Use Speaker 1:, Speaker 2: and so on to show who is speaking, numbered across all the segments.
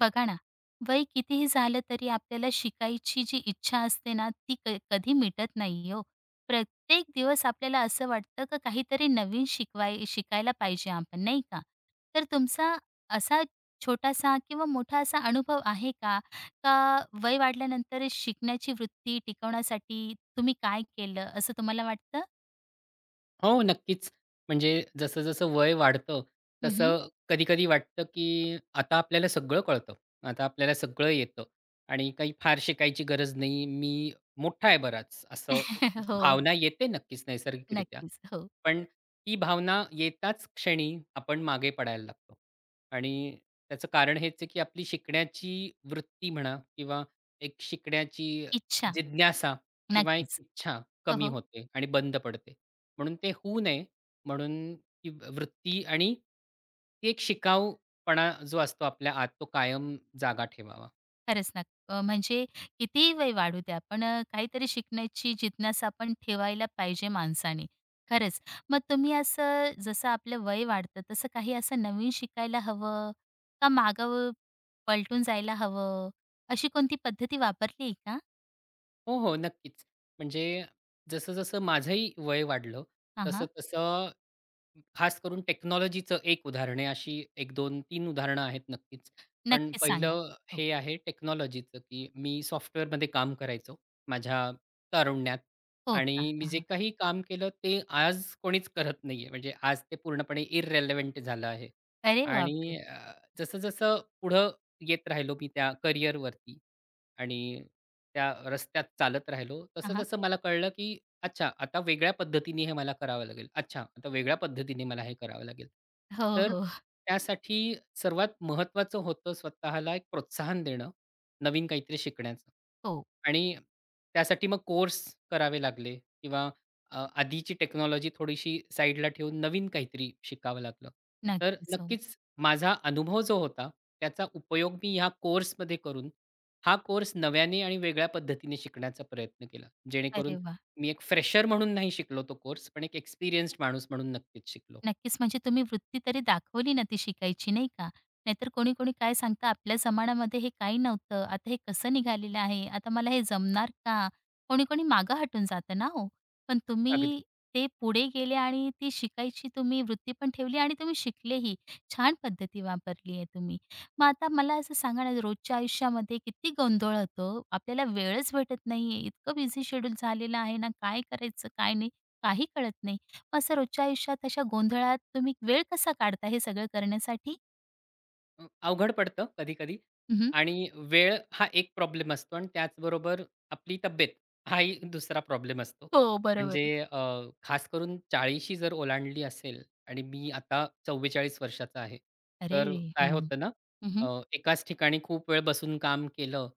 Speaker 1: बघा ना, वय कितीही झालं तरी आपल्याला शिकायची जी इच्छा असते ना, ती कधी मिटत नाही हो. प्रत्येक दिवस आपल्याला असं वाटतं का काहीतरी नवीन शिकायला पाहिजे आपण, नाही का? तर तुमचा असा छोटासा किंवा मोठा असा अनुभव आहे का? का वय वाढल्यानंतर शिकण्याची वृत्ती टिकवण्यासाठी तुम्ही काय केलं, असं तुम्हाला वाटतं?
Speaker 2: हो, नक्कीच. म्हणजे जसं-जसं वय वाढतं,
Speaker 1: हं,
Speaker 2: तसं कधी-कधी वाटतं, की आता आपल्याला सगळं कळतं. आता आपल्याला सगळं येतं आणि काही फार शिकायची गरज नाही. मी मोठा आहे बराच, असं
Speaker 1: हो,
Speaker 2: भावना येते नक्कीच नैसर्गिकरित्या.
Speaker 1: नक्कीच. हो,
Speaker 2: पण ती भावना येताच क्षणी आपण मागे पडायला लागतो आणि त्याचं कारण हेच आहे, की आपली शिकण्याची वृत्ती म्हणा किंवा एक शिकण्याची
Speaker 1: इच्छा.
Speaker 2: जिज्ञासा किंवा एक
Speaker 1: नक्कीच.
Speaker 2: इच्छा
Speaker 1: हो,
Speaker 2: कमी
Speaker 1: हो.
Speaker 2: होते आणि बंद पडते. म्हणून ते होऊ नये म्हणून ती वृत्ती आणि ती एक शिकाऊपणा जो असतो आपल्या आत तो कायम जागा ठेवावा.
Speaker 1: खरंच ना. म्हणजे कितीही वय वाढू द्या, पण काहीतरी शिकण्याची जिज्ञासा आपण ठेवायला पाहिजे माणसाने. खरंच. मग तुम्ही असं जसं आपलं वय वाढतं, तसं काही असं नवीन शिकायला हवं का मागं पलटून जायला हवं? अशी कोणती पद्धती वापरली आहे का?
Speaker 2: हो, हो, नक्कीच. म्हणजे जसं-जसं माझंही वय वाढलं, हं.
Speaker 1: हां, हां.
Speaker 2: तसं-तसं खास करून टेक्नॉलॉजीचं एक उदाहरण आहे. अशी 1, 2, 3 उदाहरणं आहेत नक्कीच. पण
Speaker 1: नक्कीच सांगा.
Speaker 2: पहिलं
Speaker 1: हो.
Speaker 2: हे आहे टेक्नॉलॉजीचं, की मी सॉफ्टवेअरमध्ये काम करायचो माझ्या तारुण्यात
Speaker 1: हो का?
Speaker 2: आणि मी
Speaker 1: हां,
Speaker 2: जे
Speaker 1: हां.
Speaker 2: काही काम केलं ते आज कोणीच करत नाहीये. म्हणजे आज ते पूर्णपणे इररिलेव्हंट झालं आहे.
Speaker 1: अरे
Speaker 2: आणि
Speaker 1: बापरे!
Speaker 2: अ, जसं-जसं पुढं येत राहिलो मी त्या करिअरवरती आणि त्या रस्त्यात चालत राहिलो,
Speaker 1: हां, हां.
Speaker 2: तसं-तसं मला कळलं, की अच्छा, आता वेगळ्या पद्धतीने हे मला करावं लागेल. अच्छा, आता वेगळ्या पद्धतीने मला हे करावं लागेल.
Speaker 1: हो,
Speaker 2: तर
Speaker 1: हो.
Speaker 2: त्यासाठी सर्वात महत्त्वाचं होतं स्वतःला एक प्रोत्साहन देणं, नवीन काहीतरी शिकण्याचं.
Speaker 1: हो.
Speaker 2: आणि त्यासाठी मग कोर्स करावे लागले किंवा आधीची टेक्नॉलॉजी थोडीशी साईडला ठेवून नवीन काहीतरी शिकावं लागलं. तर
Speaker 1: नक्कीच. हो.
Speaker 2: नक्कीच माझा अनुभव जो होता, त्याचा उपयोग मी ह्या कोर्समध्ये करून, हा कोर्स नव्याने आणि वेगळ्या पद्धतीने शिकण्याचा प्रयत्न केला. जेणेकरून
Speaker 1: अरे वाह!
Speaker 2: मी एक फ्रेशर म्हणून नाही शिकलो तो कोर्स, पण एक एक्सपिरियन्स्ड माणूस म्हणून नक्कीच शिकलो.
Speaker 1: नक्कीच. म्हणजे तुम्ही वृत्ती तरी दाखवली ना ती शिकायची, नाही का? नाहीतर कोणी-कोणी काय सांगतं, "आपल्या जमान्यामध्ये हे काही नव्हतं. आता हे कसं निघालेलं आहे? आता मला हे जमणार का?" कोणी-कोणी मागं हटून जातं ना हो. पण
Speaker 2: अगदी.
Speaker 1: तुम्ही ते पुढे गेले आणि ती शिकायची तुम्ही वृत्ती पण ठेवली आणि तुम्ही शिकलेही. छान पद्धती वापरली आहे तुम्ही. मग आता मला असं सांगा ना, रोजच्या आयुष्यामध्ये किती गोंधळ होतो. आपल्याला वेळच भेटत नाहीये. इतकं बिझी शेड्यूल झालेलं आहे ना, काय करायचं, काय नाही, काही कळत नाही. असं रोजच्या आयुष्यात अशा गोंधळात तुम्ही वेळ कसा काढता हे सगळं करण्यासाठी?
Speaker 2: अ, अवघड पडतं कधी-कधी
Speaker 1: हं,
Speaker 2: आणि वेळ हा एक प्रॉब्लेम असतो आणि त्याचबरोबर आपली तब्येत हाही दुसरा प्रॉब्लेम असतो.
Speaker 1: हो, बरोबर
Speaker 2: म्हणजे
Speaker 1: आहे.
Speaker 2: अ, खास करून 40शी जर ओलांडली असेल आणि मी आता 44 वर्षाचा आहे.
Speaker 1: अरे!
Speaker 2: तर काय
Speaker 1: हं.
Speaker 2: होतं ना, अ,
Speaker 1: हं,
Speaker 2: एकाच ठिकाणी खूप वेळ बसून काम केलं,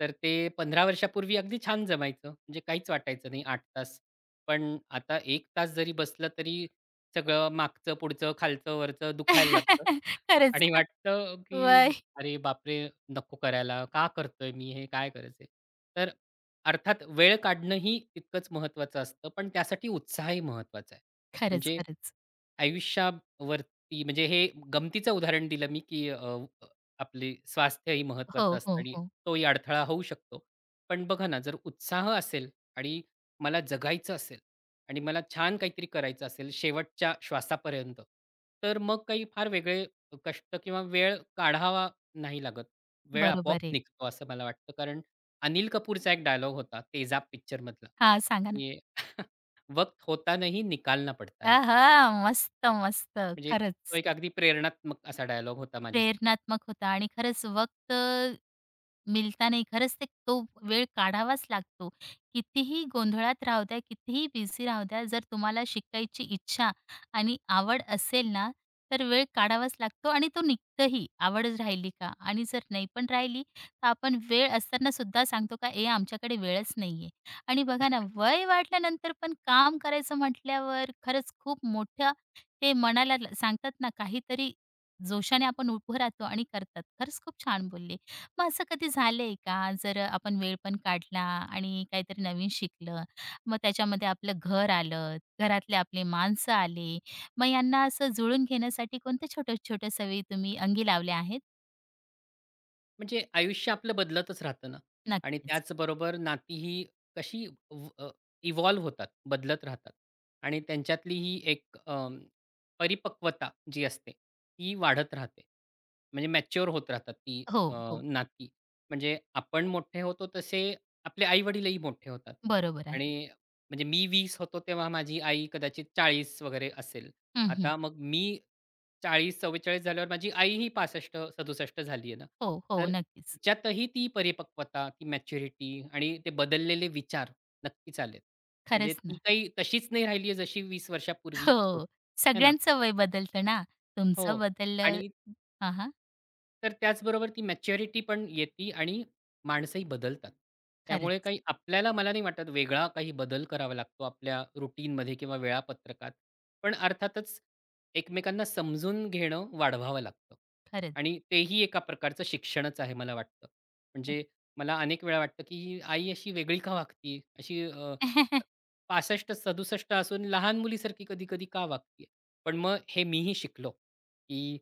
Speaker 2: तर ते 15 वर्षापूर्वी अगदी छान जमायचं. म्हणजे काहीच वाटायचं नाही 8 तास. पण आता 1 तास जरी बसला तरी सगळं मागचं, पुढचं, खालचं, वरचं दुखायला लागतं.
Speaker 1: खरंच.
Speaker 2: आणि वाटतं की
Speaker 1: वय.
Speaker 2: "अरे बापरे! नको करायला. का करतोय मी हे? काय गरज आहे?" तर अर्थात वेळ काढणंही तितकंच महत्त्वाचं असतं, पण त्यासाठी उत्साहही महत्त्वाचा आहे.
Speaker 1: खरंच,
Speaker 2: म्हणजे
Speaker 1: खरंच.
Speaker 2: आयुष्यावरती म्हणजे हे गमतीचं उदाहरण दिलं मी की अ, अ, आपले स्वास्थ्यही महत्त्वाचं
Speaker 1: हो,
Speaker 2: असतं
Speaker 1: हो,
Speaker 2: आणि
Speaker 1: हो.
Speaker 2: तोही अडथळा होऊ शकतो. पण बघा ना, जर उत्साह असेल आणि मला जगायचं असेल आणि मला छान काहीतरी करायचं असेल शेवटच्या श्वासापर्यंत, तर मग काही फार वेगळे कष्ट किंवा वेळ काढावा नाही लागत. वेळ आपोआप
Speaker 1: बरोबर आहे.
Speaker 2: निघतो असं मला वाटतं. कारण अनिल कपूरचा एक डायलॉग होता तेजाब पिक्चरमधला,
Speaker 1: हां, सांगा ना.
Speaker 2: की "वक्त होता नहीं निकालना पड़ता है."
Speaker 1: आहा! मस्त, मस्त.
Speaker 2: म्हणजे तो
Speaker 1: खरंच.
Speaker 2: एक अगदी प्रेरणात्मक असा डायलॉग होता माझ्यासाठी.
Speaker 1: प्रेरणात्मक होता आणि खरंच वक्त मिळता नाही. खरंच ते तो वेळ काढावाच लागतो. कितीही गोंधळात राहू द्या, कितीही बिझी राहू द्या, जर तुम्हाला शिकायची इच्छा आणि आवड असेल ना, तर वेळ काढावाच लागतो आणि तो निघतही. आवडच राहिली का आणि जर नाही पण राहिली, तर आपण वेळ असताना सुद्धा सांगतो का, "ए, आमच्याकडे वेळच नाहीये." आणि बघा ना, वय वाढल्यानंतर पण काम करायचं म्हटल्यावर खरंच खूप मोठं ते मनाला सांगतात ना, काहीतरी जोशाने आपण उभं राहतो आणि करतात. खरंच खूप छान बोलले. मग असं कधी झालंय का, जर आपण वेळ पण काढला आणि काहीतरी नवीन शिकलं, मग त्याच्यामध्ये आपलं घर आलं, घरातले आपले माणसं आले, मग यांना असं जुळून घेण्यासाठी कोणत्या छोट्या-छोट्या सवयी तुम्ही अंगी लावल्या आहेत?
Speaker 2: म्हणजे आयुष्य आपलं बदलतच राहतं ना आणि
Speaker 1: नक्कीच.
Speaker 2: त्याचबरोबर नातीही कशी इव्हॉल्व्ह होतात, बदलत राहतात आणि त्यांच्यातली ही एक परिपक्वता जी असते, ती वाढत राहते. म्हणजे मॅच्युअर होत राहतात ती
Speaker 1: हो,
Speaker 2: अ,
Speaker 1: हो.
Speaker 2: नाती. म्हणजे आपण मोठे होतो तसे आपले आई-वडीलही मोठे होतात
Speaker 1: बरोबर आहे.
Speaker 2: आणि म्हणजे मी 20 होतो तेव्हा माझी आई कदाचित 40 वगैरे असेल.
Speaker 1: हं, हं.
Speaker 2: आता मग मी 40-44 झाल्यावर माझी आईही 65-67 झाली आहे ना.
Speaker 1: हो, हो.
Speaker 2: तर
Speaker 1: नक्कीच.
Speaker 2: तिच्यातही ती परिपक्वता, ती मॅच्युरिटी आणि ते बदललेले विचार नक्कीच आलेत. म्हणजे
Speaker 1: खरंच
Speaker 2: ती
Speaker 1: ना.
Speaker 2: काही तशीच नाही राहिली आहे, जशी 20 वर्षापूर्वी
Speaker 1: हो.
Speaker 2: होती. है ना?
Speaker 1: सगळ्यांचं वय बदलतं ना. तुमचं
Speaker 2: हो.
Speaker 1: बदललं
Speaker 2: आणि
Speaker 1: हां, हां.
Speaker 2: तर त्याचबरोबर ती मॅच्युरिटी पण येते आणि माणसंही बदलतात. त्यामुळे
Speaker 1: खरंच,
Speaker 2: काही आपल्याला मला नाही वाटत वेगळा काही बदल करावा लागतो आपल्या रुटीनमध्ये किंवा वेळापत्रकात. पण अर्थातच एकमेकांना समजून घेणं वाढवावं लागतं
Speaker 1: खरंच.
Speaker 2: आणि तेही एका प्रकारचं शिक्षणच आहे मला वाटतं. म्हणजे मला अनेक वेळा वाटतं, की ही आई अशी वेगळी का वागतीये? अशी 65-67 असून लहान मुलीसारखी कधी-कधी का वागतीये? पण मग हे मीही शिकलो, की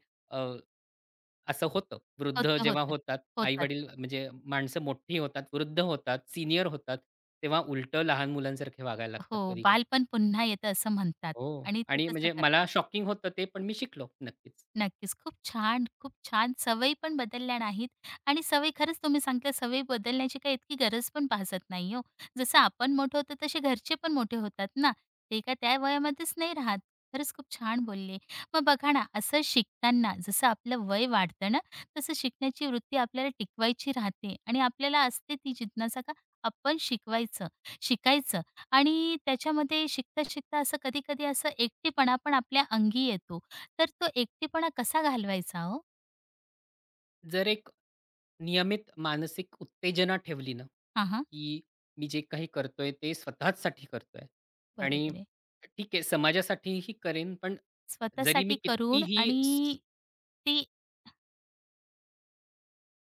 Speaker 2: असं होतं. वृद्ध
Speaker 1: होतं,
Speaker 2: जेव्हा
Speaker 1: होतं.
Speaker 2: होतात,
Speaker 1: होतं.
Speaker 2: आई-वडील म्हणजे माणसं मोठी होतात, वृद्ध होतात, सीनियर होतात, तेव्हा उलटं लहान मुलांसारखे वागायला लागतात
Speaker 1: हो,
Speaker 2: कधी-कधी.
Speaker 1: बालपण पुन्हा येतं असं म्हणतात
Speaker 2: हो
Speaker 1: आणि ते
Speaker 2: आणि
Speaker 1: तसं
Speaker 2: म्हणजे मला
Speaker 1: करतात.
Speaker 2: शॉकिंग होतं ते, पण मी शिकलो नक्कीच.
Speaker 1: नक्कीच. खूप छान, खूप छान. सवयी पण बदलल्या नाहीत आणि सवयी खरंच तुम्ही सांगितलं सवयी बदलण्याची काही इतकी गरज पण भासत नाही हो. जसं आपण मोठं होतो तसे घरचे पण मोठे होतात ना. ते काय त्या वयामध्येच नाही राहत. खरंच खूप छान बोलले. मग बघा ना, असं शिकताना जसं आपलं वय वाढतं ना, तसं शिकण्याची वृत्ती आपल्याला टिकवायची राहते आणि आपल्याला असते ती जिज्ञासा का आपण शिकवायचं, शिकायचं आणि त्याच्यामध्ये शिकता-शिकता असं कधी-कधी असं एकटेपणा पण आपल्या अंगी येतो. तर तो एकटेपणा कसा घालवायचा हो?
Speaker 2: जर एक नियमित मानसिक उत्तेजना ठेवली ना,
Speaker 1: हां, हां.
Speaker 2: की मी जे काही करतोय ते स्वतःचसाठी करतोय आणि
Speaker 1: बरोबर आहे.
Speaker 2: ठीक आहे समाजासाठीही करेन, पण जरी मी
Speaker 1: स्वतःसाठी करून
Speaker 2: कितीही
Speaker 1: आणि ती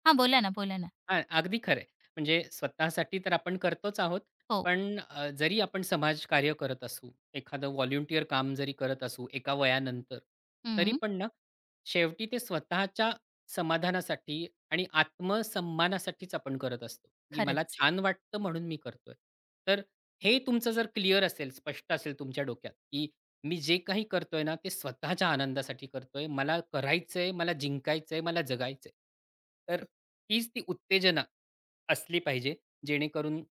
Speaker 1: हां, बोला ना, बोला ना.
Speaker 2: हां, अगदी खरं आहे. म्हणजे स्वतःसाठी तर आपण करतोच आहोत.
Speaker 1: हो.
Speaker 2: पण जरी आपण समाजकार्य करत असू, एखादं व्हॉलंटिअर काम जरी करत असू एका वयानंतर, तरी
Speaker 1: हं.
Speaker 2: पण ना, शेवटी ते स्वतःच्या समाधानासाठी आणि आत्मसन्मानासाठीच आपण करत असतो, की मला
Speaker 1: खरंच.
Speaker 2: छान वाटतं म्हणून मी करतोय. तर हे तुमचं जर क्लिअर असेल, स्पष्ट असेल तुमच्या डोक्यात, की मी जे काही करतोय ना, ते स्वतःच्या आनंदासाठी करतोय. मला करायचंय, मला जिंकायचंय, मला जगायचंय. तर हीच ती उत्तेजना असली पाहिजे, जेणेकरून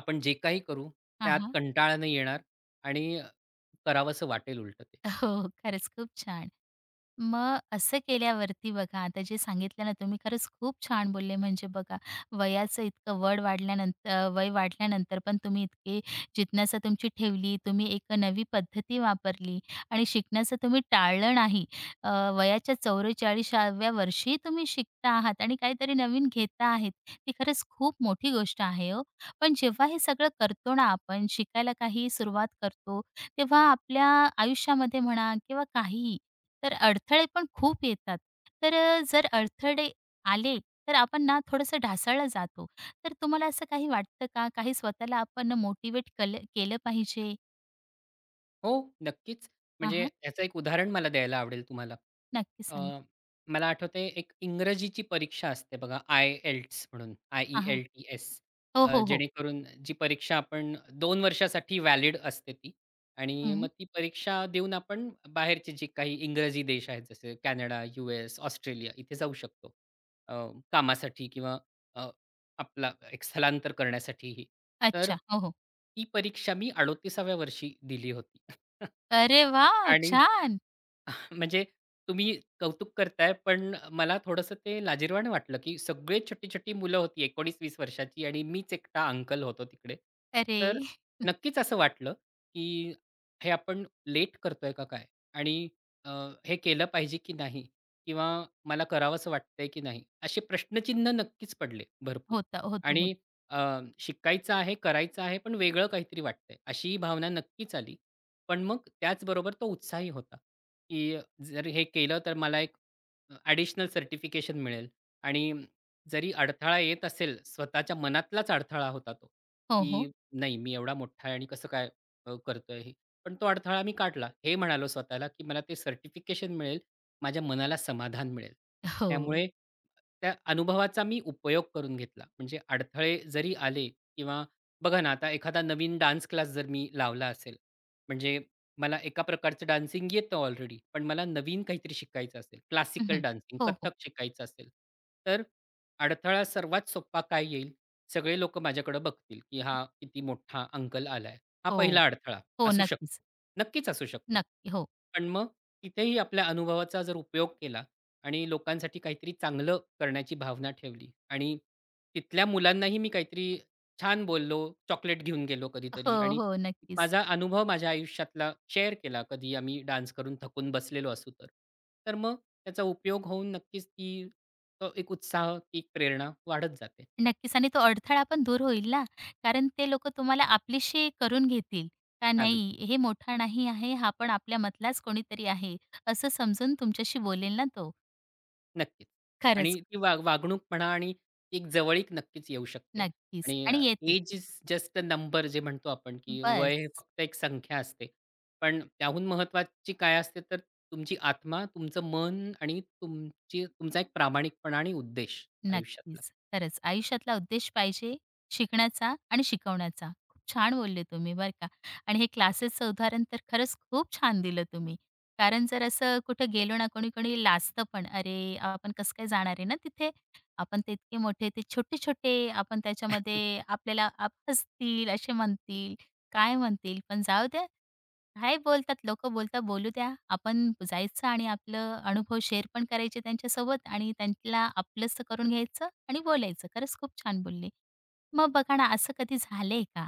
Speaker 2: आपण जे काही करू,
Speaker 1: हां,
Speaker 2: त्यात
Speaker 1: हां.
Speaker 2: कंटाळा नाही येणार आणि करावसं वाटेल उलटं ते.
Speaker 1: हो, खरंच खूप छान. मग असं केल्यावरती बघा, आता जे सांगितलं ना तुम्ही खरंच खूप छान बोलले. म्हणजे बघा, वयाचं इतकं वाढल्यानंतर वय वाढल्यानंतर पण तुम्ही इतके जिज्ञासा तुमची ठेवली. तुम्ही एक नवी पद्धती वापरली आणि शिकण्याचं तुम्ही टाळलं नाही. अ, वयाच्या 44व्या वर्षी तुम्ही शिकता आहात आणि काहीतरी नवीन घेता आहेत. ती खरंच खूप मोठी गोष्ट आहे हो. पण जेव्हा हे सगळं करतो ना आपण, शिकायला काही सुरुवात करतो, तेव्हा आपल्या आयुष्यामध्ये म्हणा किंवा काहीही, तर अडथळे पण खूप येतात. तर जर अडथळे आले, तर आपण ना थोडंसं ढासळला जातो. तर तुम्हाला असं काही वाटतं का? काही स्वतःला आपण मोटिवेट केलं पाहिजे?
Speaker 2: हो, नक्कीच.
Speaker 1: हां,
Speaker 2: म्हणजे
Speaker 1: हां.
Speaker 2: याचं एक उदाहरण मला द्यायला आवडेल तुम्हाला.
Speaker 1: नक्की
Speaker 2: अ,
Speaker 1: सांगा.
Speaker 2: मला आठवतंय एक इंग्रजीची परीक्षा असते बघा, आय-एल्ट्स म्हणून,
Speaker 1: हां, हां.
Speaker 2: आय-ई-एल-टी-एस.
Speaker 1: हो, हो, हो.
Speaker 2: जेणेकरून जी परीक्षा आपण 2 वर्षासाठी व्हॅलिड असते ती आणि
Speaker 1: हं.
Speaker 2: मग ती परीक्षा देऊन आपण बाहेरचे जे काही इंग्रजी देश आहेत, जसे कॅनडा, यू-एस, ऑस्ट्रेलिया इथे जाऊ शकतो. अ, कामासाठी किंवा आपला एक स्थलांतर करण्यासाठीही. तर
Speaker 1: अच्छा. हो, हो.
Speaker 2: ती परीक्षा मी 38व्या वर्षी दिली होती
Speaker 1: अरे वाह!
Speaker 2: आणि
Speaker 1: छान.
Speaker 2: म्हणजे तुम्ही कौतुक करताय, पण मला थोडंसं ते लाजिरवाणं वाटलं, की सगळे छोटी-छोटी मुलं होती 19-20 वर्षाची आणि मीच एकटा अंकल होतो तिकडे.
Speaker 1: अरे
Speaker 2: तर नक्कीच असं वाटलं, की हे आपण लेट करतोय का काय? आणि अ, हे केलं पाहिजे की नाही? किंवा मला करावंसं वाटतंय की नाही? असे प्रश्नचिन्ह नक्कीच पडले भरपूर.
Speaker 1: होतं, होतं,
Speaker 2: आणि
Speaker 1: होतं.
Speaker 2: अ, शिकायचं आहे, करायचं आहे, पण वेगळं काहीतरी वाटतंय, अशी भावना नक्कीच आली. पण मग त्याचबरोबर तो उत्साही होता. की जर हे केलं तर मला एक ॲडिशनल सर्टिफिकेशन मिळेल आणि जरी अडथळा येत असेल, स्वतःच्या मनातलाच अडथळा होता तो,
Speaker 1: हो, हो.
Speaker 2: की नाही मी एवढा मोठा आहे आणि कसं काय करतोय हे. पण तो अडथळा मी काढला. हे म्हणालो स्वतःला, की मला ते सर्टिफिकेशन मिळेल, माझ्या मनाला समाधान मिळेल.
Speaker 1: हो.
Speaker 2: त्यामुळे त्या अनुभवाचा मी उपयोग करून घेतला. म्हणजे अडथळे जरी आले किंवा बघा ना, आता एखादा नवीन डान्स क्लास जर मी लावला असेल, म्हणजे मला एका प्रकारचं डान्सिंग येतं ऑलरेडी, पण मला नवीन काहीतरी शिकायचं असेल, क्लासिकल
Speaker 1: हं,
Speaker 2: डान्सिंग,
Speaker 1: हो, हो.
Speaker 2: कथ्थक शिकायचं असेल, तर अडथळा सर्वात सोपा काय येईल? सगळे लोकं माझ्याकडे बघतील, की हा किती मोठा अंकल आलाय. हा
Speaker 1: हो.
Speaker 2: पहिला अडथळा
Speaker 1: हो,
Speaker 2: असू शकतो.
Speaker 1: नक्कीच.
Speaker 2: नक्कीच असू शकतो.
Speaker 1: नक्की. हो.
Speaker 2: पण मग तिथेही आपल्या अनुभवाचा जर उपयोग केला आणि लोकांसाठी काहीतरी चांगलं करण्याची भावना ठेवली आणि तिथल्या मुलांनाही मी काहीतरी छान बोललो, चॉकलेट घेऊन गेलो कधीतरी
Speaker 1: हो,
Speaker 2: आणि
Speaker 1: हो. नक्कीच.
Speaker 2: माझा अनुभव माझ्या आयुष्यातला शेअर केला कधी आम्ही डान्स करून थकून बसलेलो असू तर. तर मग त्याचा उपयोग होऊन नक्कीच तो एक उत्साह, ती एक प्रेरणा वाढत जाते.
Speaker 1: नक्कीच आणि तो अडथळा पण दूर होईल ना, कारण ते लोकं तुम्हाला आपलीशी करून घेतील. का
Speaker 2: अगदी,
Speaker 1: नाही हे मोठा नाही आहे, हा पण आपल्या मधलाच कोणीतरी आहे, असं समजून तुमच्याशी बोलेल ना तो.
Speaker 2: नक्कीच.
Speaker 1: खरंच,
Speaker 2: आणि ती वागणूक म्हणा आणि एक जवळीक नक्कीच येऊ शकते.
Speaker 1: नक्कीच
Speaker 2: आणि
Speaker 1: आणि येते.
Speaker 2: Age is just a number जे म्हणतो आपण, की वय हे
Speaker 1: बस.
Speaker 2: फक्त एक संख्या असते. पण त्याहून महत्त्वाची काय असते तर तुमची आत्मा, तुमचं मन आणि तुमचा एक प्रामाणिकपणा आणि उद्देश आयुष्यातला.
Speaker 1: नक्कीच. खरंच आयुष्यातला उद्देश पाहिजे शिकण्याचा आणि शिकवण्याचा. खूप छान बोलले तुम्ही बरं का. आणि हे क्लासेसचं उदाहरण तर खरंच खूप छान दिलं तुम्ही. कारण जर असं कुठं गेलो ना कोणी-कोणी लाजतं पण, "अरे, आपण कसं काय जाणार आहे ना तिथे? आपण ते इतके मोठे, ते छोटे-छोटे, आपण त्याच्यामध्ये आपल्याला हसतील, असे म्हणतील, काय म्हणतील?" पण जाऊ द्या काय बोलतात लोकं बोलता बोलू द्या. आपण जायचं आणि आपलं अनुभव शेअर पण करायचे त्यांच्यासोबत आणि त्यांना आपलंसं करून घ्यायचं आणि बोलायचं. खरंच खूप छान बोलले. मग बघा ना, असं कधी झालंय का?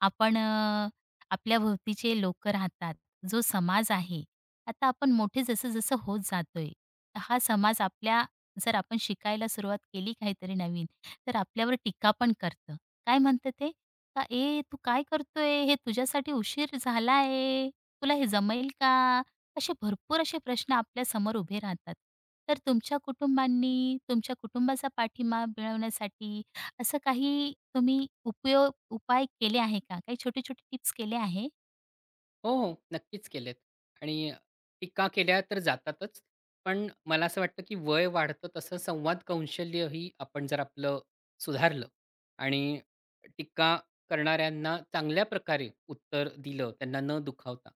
Speaker 1: आपण आपल्या भोवतीचे लोकं राहतात, जो समाज आहे. आता आपण मोठे जसं-जसं होत जातोय, हा समाज आपल्या जर आपण शिकायला सुरुवात केली काहीतरी नवीन, तर आपल्यावर टीका पण करतं. काय म्हणतं ते? का "ए, तू काय करतोय? हे तुझ्यासाठी उशीर झाला तुला हे जमेल का? असे भरपूर असे प्रश्न आपल्यासमोर उभे राहतात. तर तुमच्या कुटुंबांनी तुमच्या कुटुंबाचा पाठिंबा मिळवण्यासाठी असं काही तुम्ही उपाय केले आहे का? काही छोटे-छोटे टिप्स केले आहे?
Speaker 2: हो, हो. नक्कीच केलेत आणि टीका केल्या तर जातातच. पण मला असं वाटतं, की वय वाढतं तसं संवाद कौशल्यही आपण जर आपलं सुधारलं आणि टीका करणाऱ्यांना चांगल्या प्रकारे उत्तर दिलं, त्यांना न दुखावता,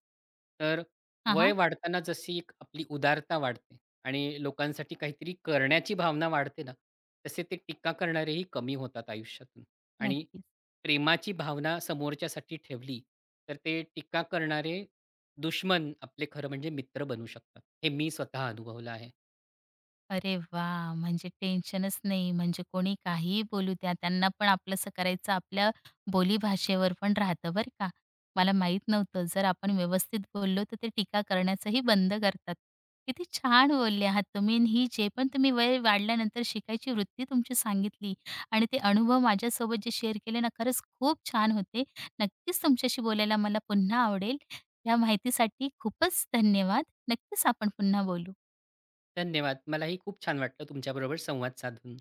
Speaker 2: तर
Speaker 1: हां,
Speaker 2: वय
Speaker 1: हां.
Speaker 2: वाढताना जशी एक आपली उदारता वाढते आणि लोकांसाठी काहीतरी करण्याची भावना वाढते ना, तसे ते टीका करणारेही कमी होतात आयुष्यातून. आणि
Speaker 1: नक्कीच.
Speaker 2: प्रेमाची भावना समोरच्यासाठी ठेवली, तर ते टीका करणारे दुश्मन आपले खरं म्हणजे मित्र बनू शकतात. हे मी स्वतः अनुभवलं आहे.
Speaker 1: अरे वा, म्हणजे टेन्शनच नाही. म्हणजे कोणी काहीही बोलू द्या, त्यांना पण आपलंसं करायचं आपल्या बोलीभाषेवर पण राहतं बरं का. मला माहीत नव्हतं जर आपण व्यवस्थित बोललो तर ते टीका करण्याचंही बंद करतात. किती छान बोलले आहात तुम्ही आणि ही जे पण तुम्ही वय वाढल्यानंतर शिकायची वृत्ती तुमची सांगितली आणि ते अनुभव माझ्यासोबत जे शेअर केले ना, खरंच खूप छान होते. नक्कीच तुमच्याशी बोलायला मला पुन्हा आवडेल. या माहितीसाठी खूपच धन्यवाद. नक्कीच आपण पुन्हा बोलू.
Speaker 2: धन्यवाद. मलाही खूप छान वाटलं तुमच्याबरोबर संवाद साधून.